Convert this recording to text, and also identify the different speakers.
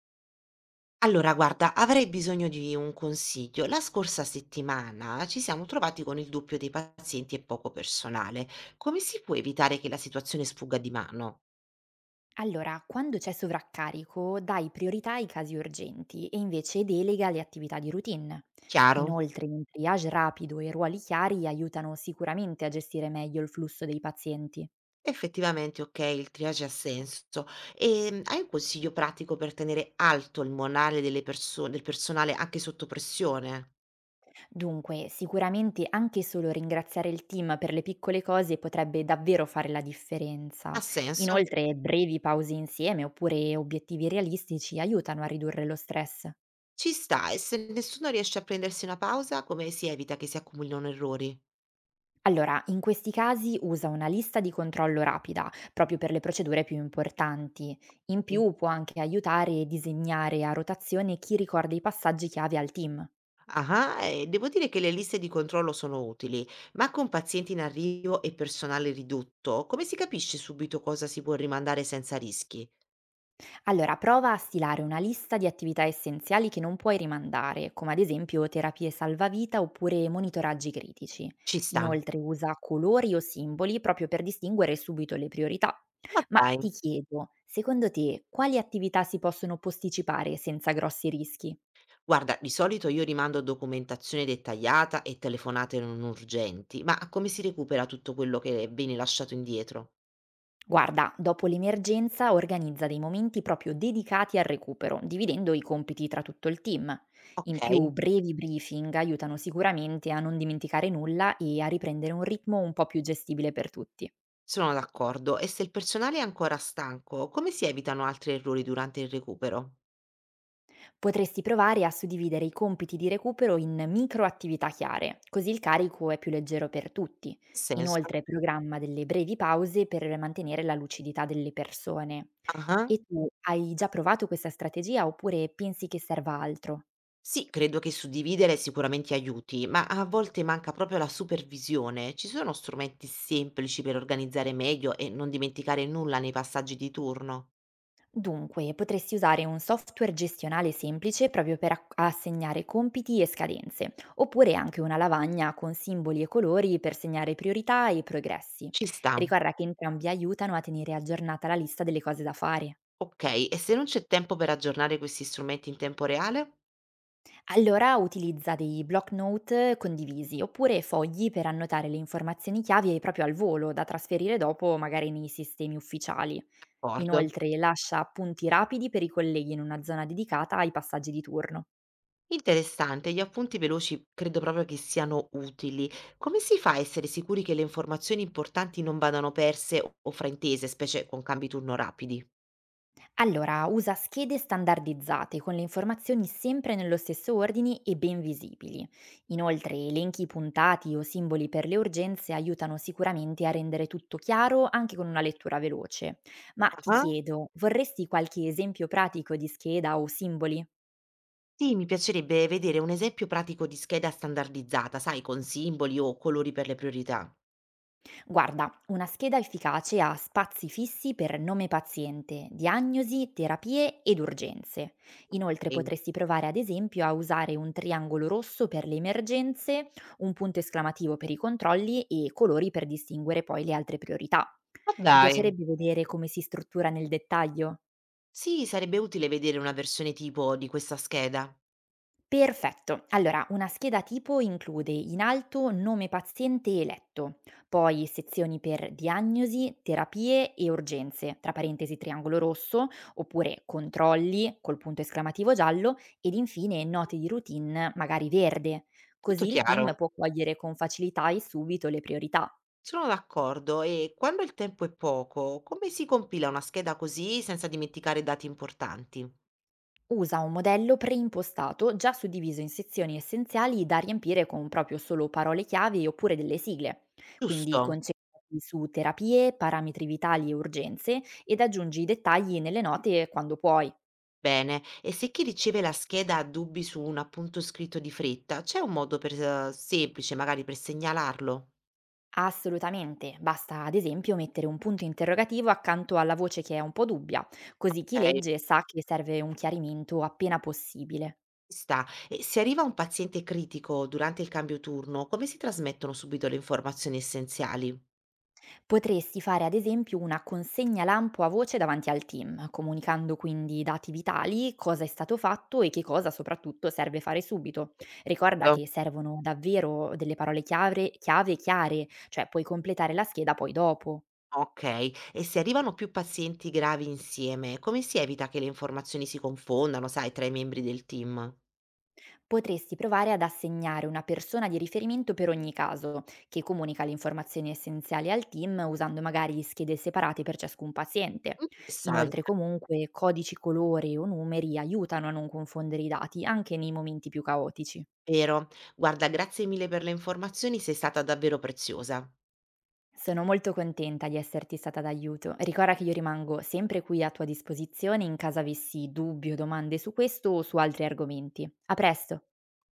Speaker 1: Allora, guarda, avrei bisogno di un consiglio. La scorsa settimana ci siamo trovati con il doppio dei pazienti e poco personale. Come si può evitare che la situazione sfugga di mano?
Speaker 2: Allora, quando c'è sovraccarico, dai priorità ai casi urgenti e invece delega le attività di routine.
Speaker 1: Chiaro?
Speaker 2: Inoltre, un triage rapido e ruoli chiari aiutano sicuramente a gestire meglio il flusso dei pazienti.
Speaker 1: Effettivamente, ok, il triage ha senso. E hai un consiglio pratico per tenere alto il morale del personale anche sotto pressione?
Speaker 2: Dunque, sicuramente anche solo ringraziare il team per le piccole cose potrebbe davvero fare la
Speaker 1: Ha
Speaker 2: differenza.
Speaker 1: senso?
Speaker 2: Inoltre, brevi pause insieme oppure obiettivi realistici aiutano a ridurre lo stress.
Speaker 1: Ci sta, e se nessuno riesce a prendersi una pausa, come si evita che si accumulino errori?
Speaker 2: Allora, in questi casi usa una lista di controllo rapida, proprio per le procedure più importanti. In più può anche aiutare e disegnare a rotazione chi ricorda i passaggi chiave al team.
Speaker 1: Ah-ah, e devo dire che le liste di controllo sono utili, ma con pazienti in arrivo e personale ridotto, come si capisce subito cosa si può rimandare senza rischi?
Speaker 2: Allora, prova a stilare una lista di attività essenziali che non puoi rimandare, come ad esempio terapie salvavita oppure monitoraggi critici.
Speaker 1: Ci sta.
Speaker 2: Inoltre usa colori o simboli proprio per distinguere subito le priorità.
Speaker 1: Ma
Speaker 2: Ma
Speaker 1: dai.
Speaker 2: ti chiedo, secondo te quali attività si possono posticipare senza grossi rischi?
Speaker 1: Guarda, di solito io rimando documentazione dettagliata e telefonate non urgenti, ma come si recupera tutto quello che viene lasciato indietro?
Speaker 2: Guarda, dopo l'emergenza organizza dei momenti proprio dedicati al recupero, dividendo i compiti tra tutto il team. In
Speaker 1: Ok,
Speaker 2: più, brevi briefing aiutano sicuramente a non dimenticare nulla e a riprendere un ritmo un po' più gestibile per tutti.
Speaker 1: sono d'accordo. E se il personale è ancora stanco, come si evitano altri errori durante il recupero?
Speaker 2: Potresti provare a suddividere i compiti di recupero in micro attività chiare, così il carico è più leggero per tutti.
Speaker 1: Ha senso.
Speaker 2: Inoltre, programma delle brevi pause per mantenere la lucidità delle persone.
Speaker 1: Ah-ah.
Speaker 2: E tu hai già provato questa strategia oppure pensi che serva altro?
Speaker 1: Sì, credo che suddividere sicuramente aiuti, ma a volte manca proprio la supervisione. Ci sono strumenti semplici per organizzare meglio e non dimenticare nulla nei passaggi di turno?
Speaker 2: Dunque, potresti usare un software gestionale semplice proprio per assegnare compiti e scadenze, oppure anche una lavagna con simboli e colori per segnare priorità e progressi.
Speaker 1: Ci sta.
Speaker 2: Ricorda che entrambi aiutano a tenere aggiornata la lista delle cose da fare.
Speaker 1: Ok, e se non c'è tempo per aggiornare questi strumenti in tempo reale?
Speaker 2: Allora utilizza dei block note condivisi oppure fogli per annotare le informazioni chiave proprio al volo da trasferire dopo magari nei sistemi ufficiali.
Speaker 1: D'accordo.
Speaker 2: Inoltre lascia appunti rapidi per i colleghi in una zona dedicata ai passaggi di turno.
Speaker 1: Interessante, gli appunti veloci credo proprio che siano utili. Come si fa a essere sicuri che le informazioni importanti non vadano perse o fraintese, specie con cambi turno rapidi?
Speaker 2: Allora, usa schede standardizzate con le informazioni sempre nello stesso ordine e ben visibili. Inoltre, elenchi puntati o simboli per le urgenze aiutano sicuramente a rendere tutto chiaro anche con una lettura veloce. Ma ti
Speaker 1: Ah.
Speaker 2: chiedo, vorresti qualche esempio pratico di scheda o simboli?
Speaker 1: Sì, mi piacerebbe vedere un esempio pratico di scheda standardizzata, sai, con simboli o colori per le priorità.
Speaker 2: Guarda, una scheda efficace ha spazi fissi per nome paziente, diagnosi, terapie ed urgenze. Inoltre
Speaker 1: Sì.
Speaker 2: potresti provare ad esempio a usare un triangolo rosso per le emergenze, un punto esclamativo per i controlli e colori per distinguere poi le altre priorità.
Speaker 1: Ma
Speaker 2: Ti
Speaker 1: dai,
Speaker 2: piacerebbe vedere come si struttura nel dettaglio?
Speaker 1: sì, sarebbe utile vedere una versione tipo di questa scheda.
Speaker 2: Perfetto. Allora, una scheda tipo include in alto nome paziente e letto, poi sezioni per diagnosi, terapie e urgenze, tra parentesi triangolo rosso, oppure controlli col punto esclamativo giallo ed infine note di routine magari verde.
Speaker 1: Tutto
Speaker 2: Così il team
Speaker 1: chiaro,
Speaker 2: può cogliere con facilità e subito le priorità.
Speaker 1: sono d'accordo. E quando il tempo è poco, come si compila una scheda così senza dimenticare dati importanti?
Speaker 2: Usa un modello preimpostato già suddiviso in sezioni essenziali da riempire con proprio solo parole chiave oppure delle sigle. Quindi
Speaker 1: Giusto?
Speaker 2: concentrati su terapie, parametri vitali e urgenze ed aggiungi i dettagli nelle note quando puoi.
Speaker 1: Bene, e se chi riceve la scheda ha dubbi su un appunto scritto di fretta, c'è un modo per, semplice magari per segnalarlo?
Speaker 2: Assolutamente, basta ad esempio mettere un punto interrogativo accanto alla voce che è un po' dubbia, così chi
Speaker 1: Ok.
Speaker 2: legge sa che serve un chiarimento appena possibile.
Speaker 1: Ci sta. E se arriva un paziente critico durante il cambio turno, come si trasmettono subito le informazioni essenziali?
Speaker 2: Potresti fare ad esempio una consegna lampo a voce davanti al team, comunicando quindi dati vitali, cosa è stato fatto e che cosa soprattutto serve fare subito. Ricorda
Speaker 1: Certo.
Speaker 2: che servono davvero delle parole chiave chiare, cioè puoi completare la scheda poi dopo.
Speaker 1: Ok, e se arrivano più pazienti gravi insieme, come si evita che le informazioni si confondano, sai, tra i membri del team?
Speaker 2: Potresti provare ad assegnare una persona di riferimento per ogni caso, che comunica le informazioni essenziali al team usando magari schede separate per ciascun paziente.
Speaker 1: Interessante,
Speaker 2: Inoltre comunque codici colore o numeri aiutano a non confondere i dati anche nei momenti più caotici.
Speaker 1: vero? Guarda, grazie mille per le informazioni, sei stata davvero preziosa.
Speaker 2: Sono molto contenta di esserti stata d'aiuto. Ricorda che io rimango sempre qui a tua disposizione in caso avessi dubbi o domande su questo o su altri argomenti. A presto!